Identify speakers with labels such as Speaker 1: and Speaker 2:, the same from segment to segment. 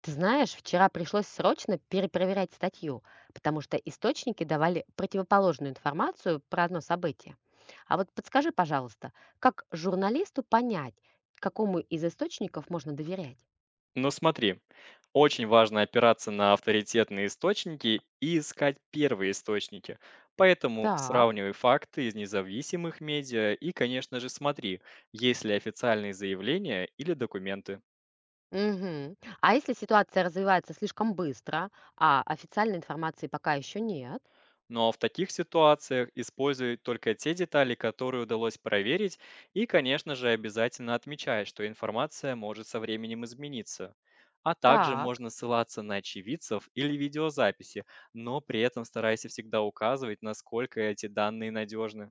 Speaker 1: Ты знаешь, вчера пришлось срочно перепроверять статью, потому что источники давали противоположную информацию про одно событие. А вот подскажи, пожалуйста, как журналисту понять, какому из источников можно доверять?
Speaker 2: Ну смотри, очень важно опираться на авторитетные источники и искать первые источники. Поэтому
Speaker 1: Так.
Speaker 2: сравнивай факты из независимых медиа и, конечно же, смотри, есть ли официальные заявления или документы.
Speaker 1: Мгм. А если ситуация развивается слишком быстро, а официальной информации пока еще нет?
Speaker 2: Но в таких ситуациях используй только те детали, которые удалось проверить, и, конечно же, обязательно отмечай, что информация может со временем измениться. А также
Speaker 1: Так.
Speaker 2: можно ссылаться на очевидцев или видеозаписи, но при этом старайся всегда указывать, насколько эти данные надежны.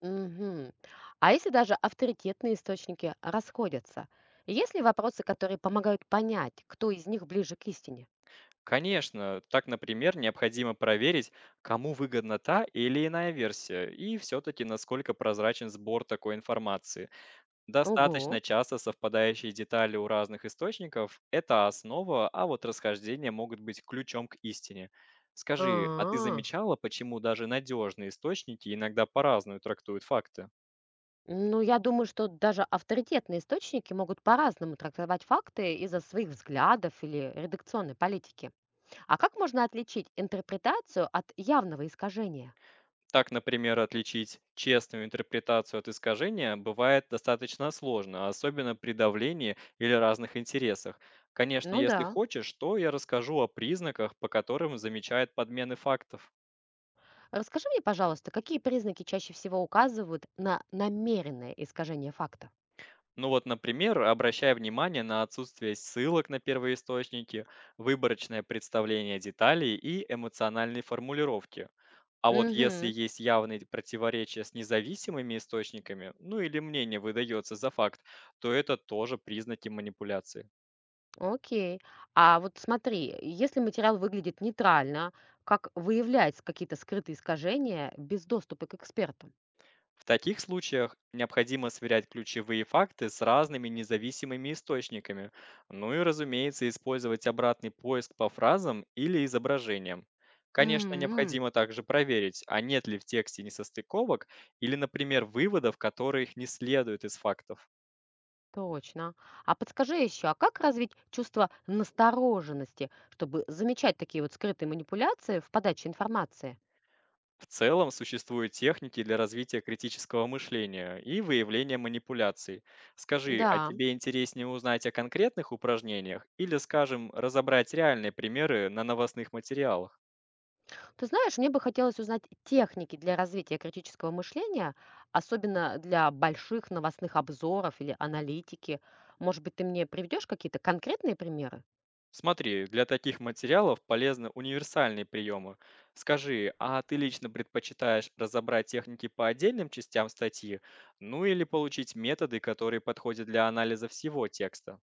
Speaker 1: Мгм. А если даже авторитетные источники расходятся? Есть ли вопросы, которые помогают понять, кто из них ближе к истине?
Speaker 2: Конечно, так, например, необходимо проверить, кому выгодна та или иная версия, и все-таки насколько прозрачен сбор такой информации. Достаточно
Speaker 1: Ого.
Speaker 2: часто совпадающие детали у разных источников– это основа, а вот расхождения могут быть ключом к истине. Скажи, а ты
Speaker 1: А.
Speaker 2: замечала, почему даже надежные источники иногда по-разному трактуют факты?
Speaker 1: Ну, я думаю, что даже авторитетные источники могут по-разному трактовать факты из-за своих взглядов или редакционной политики. А как можно отличить интерпретацию от явного искажения?
Speaker 2: Так, например, отличить честную интерпретацию от искажения бывает достаточно сложно, особенно при давлении или разных интересах. Конечно,
Speaker 1: Ну
Speaker 2: если
Speaker 1: да.
Speaker 2: хочешь, то я расскажу о признаках, по которым замечают подмены фактов.
Speaker 1: Расскажи мне, пожалуйста, какие признаки чаще всего указывают на намеренное искажение фактов?
Speaker 2: Ну вот, например, обращая внимание на отсутствие ссылок на первоисточники, выборочное представление деталей и эмоциональные формулировки. А вот если
Speaker 1: Угу,
Speaker 2: есть явные противоречия с независимыми источниками, ну или мнение выдается за факт, то это тоже признаки манипуляции.
Speaker 1: окей. А вот смотри, если материал выглядит нейтрально, как выявлять какие-то скрытые искажения без доступа к экспертам?
Speaker 2: В таких случаях необходимо сверять ключевые факты с разными независимыми источниками, ну и, разумеется, использовать обратный поиск по фразам или изображениям. Конечно,
Speaker 1: М,
Speaker 2: необходимо также проверить, а нет ли в тексте несостыковок или, например, выводов, которых не следует из фактов.
Speaker 1: Точно. А подскажи еще, а как развить чувство настороженности, чтобы замечать такие вот скрытые манипуляции в подаче информации?
Speaker 2: В целом существуют техники для развития критического мышления и выявления манипуляций. Скажи, а
Speaker 1: Да.
Speaker 2: тебе интереснее узнать о конкретных упражнениях или, скажем, разобрать реальные примеры на новостных материалах?
Speaker 1: Ты знаешь, мне бы хотелось узнать техники для развития критического мышления, особенно для больших новостных обзоров или аналитики. Может быть, ты мне приведешь какие-то конкретные примеры?
Speaker 2: Смотри, для таких материалов полезны универсальные приемы. Скажи, а ты лично предпочитаешь разобрать техники по отдельным частям статьи, ну или получить методы, которые подходят для анализа всего текста?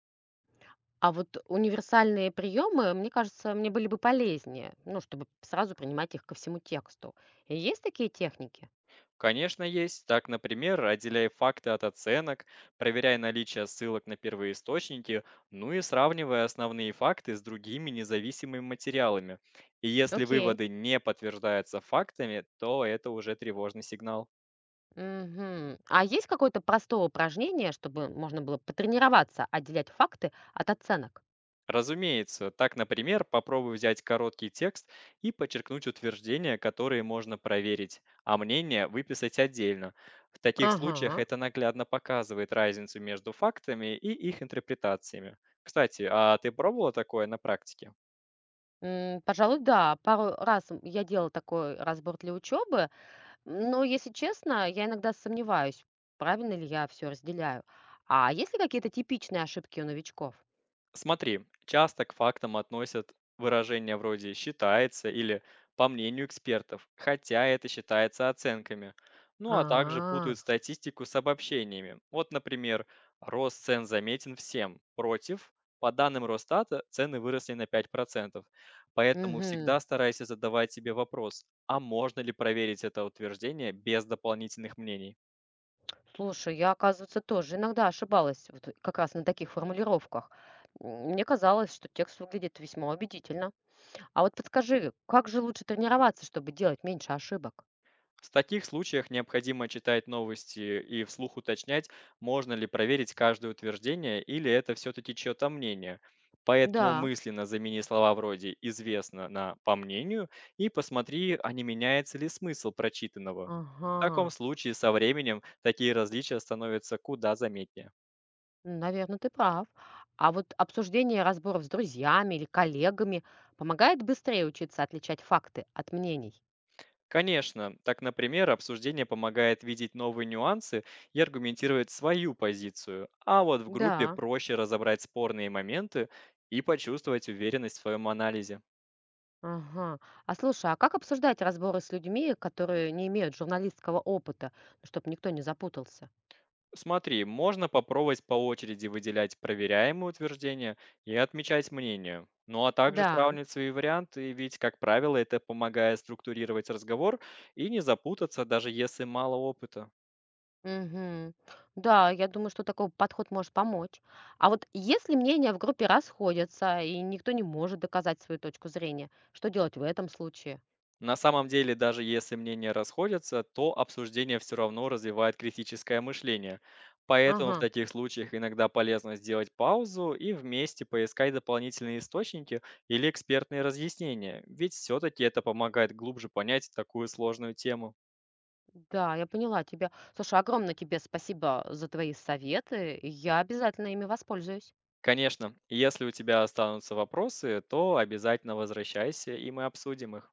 Speaker 1: А вот универсальные приемы, мне кажется, мне были бы полезнее, ну, чтобы сразу принимать их ко всему тексту. Есть такие техники?
Speaker 2: Конечно, есть. Так, например, отделяй факты от оценок, проверяй наличие ссылок на первоисточники, ну и сравнивай основные факты с другими независимыми материалами. И если
Speaker 1: Окей.
Speaker 2: выводы не подтверждаются фактами, то это уже тревожный сигнал.
Speaker 1: Мгм. А есть какое-то простое упражнение, чтобы можно было потренироваться отделять факты от оценок?
Speaker 2: Разумеется, так, например, попробуй взять короткий текст и подчеркнуть утверждения, которые можно проверить, а мнение выписать отдельно. В таких случаях
Speaker 1: Ага,
Speaker 2: это наглядно показывает разницу между фактами и их интерпретациями. Кстати, а ты пробовала такое на практике?
Speaker 1: Пожалуй, да. Пару раз я делала такой разбор для учебы, но, если честно, я иногда сомневаюсь, правильно ли я все разделяю. А есть ли какие-то типичные ошибки у новичков?
Speaker 2: Смотри, часто к фактам относят выражения вроде «считается» или «по мнению экспертов», хотя это считается оценками. Ну а также
Speaker 1: а,
Speaker 2: путают статистику с обобщениями. Вот, например, рост цен заметен всем. Против, по данным Росстата, цены выросли на 5%. Поэтому
Speaker 1: Угу.
Speaker 2: всегда старайся задавать себе вопрос, а можно ли проверить это утверждение без дополнительных мнений?
Speaker 1: Слушай, я, оказывается, тоже иногда ошибалась вот как раз на таких формулировках. Мне казалось, что текст выглядит весьма убедительно. А вот подскажи, как же лучше тренироваться, чтобы делать меньше ошибок?
Speaker 2: В таких случаях необходимо читать новости и вслух уточнять, можно ли проверить каждое утверждение или это все-таки чье-то мнение. Поэтому
Speaker 1: Да,
Speaker 2: мысленно замени слова вроде «известно» на «по мнению» и посмотри, а не меняется ли смысл прочитанного. В таком
Speaker 1: ага,
Speaker 2: случае со временем такие различия становятся куда заметнее.
Speaker 1: наверное, ты прав. А вот обсуждение разборов с друзьями или коллегами помогает быстрее учиться отличать факты от мнений?
Speaker 2: Конечно, так, например, обсуждение помогает видеть новые нюансы и аргументировать свою позицию, а вот в группе
Speaker 1: Да,
Speaker 2: проще разобрать спорные моменты и почувствовать уверенность в своем анализе.
Speaker 1: ага. А слушай, а как обсуждать разборы с людьми, которые не имеют журналистского опыта, чтобы никто не запутался?
Speaker 2: Смотри, можно попробовать по очереди выделять проверяемые утверждения и отмечать мнение. Ну а также
Speaker 1: Да.
Speaker 2: сравнивать свои варианты, ведь, как правило, это помогает структурировать разговор и не запутаться, даже если мало опыта.
Speaker 1: Мгм. Да, я думаю, что такой подход может помочь. А вот если мнения в группе расходятся, и никто не может доказать свою точку зрения, что делать в этом случае?
Speaker 2: На самом деле, даже если мнения расходятся, то обсуждение все равно развивает критическое мышление. Поэтому в
Speaker 1: Ага,
Speaker 2: таких случаях иногда полезно сделать паузу и вместе поискать дополнительные источники или экспертные разъяснения, ведь все-таки это помогает глубже понять такую сложную тему.
Speaker 1: да, я поняла тебя. Слушай, огромное тебе спасибо за твои советы. Я обязательно ими воспользуюсь.
Speaker 2: Конечно, если у тебя останутся вопросы, то обязательно возвращайся, и мы обсудим их.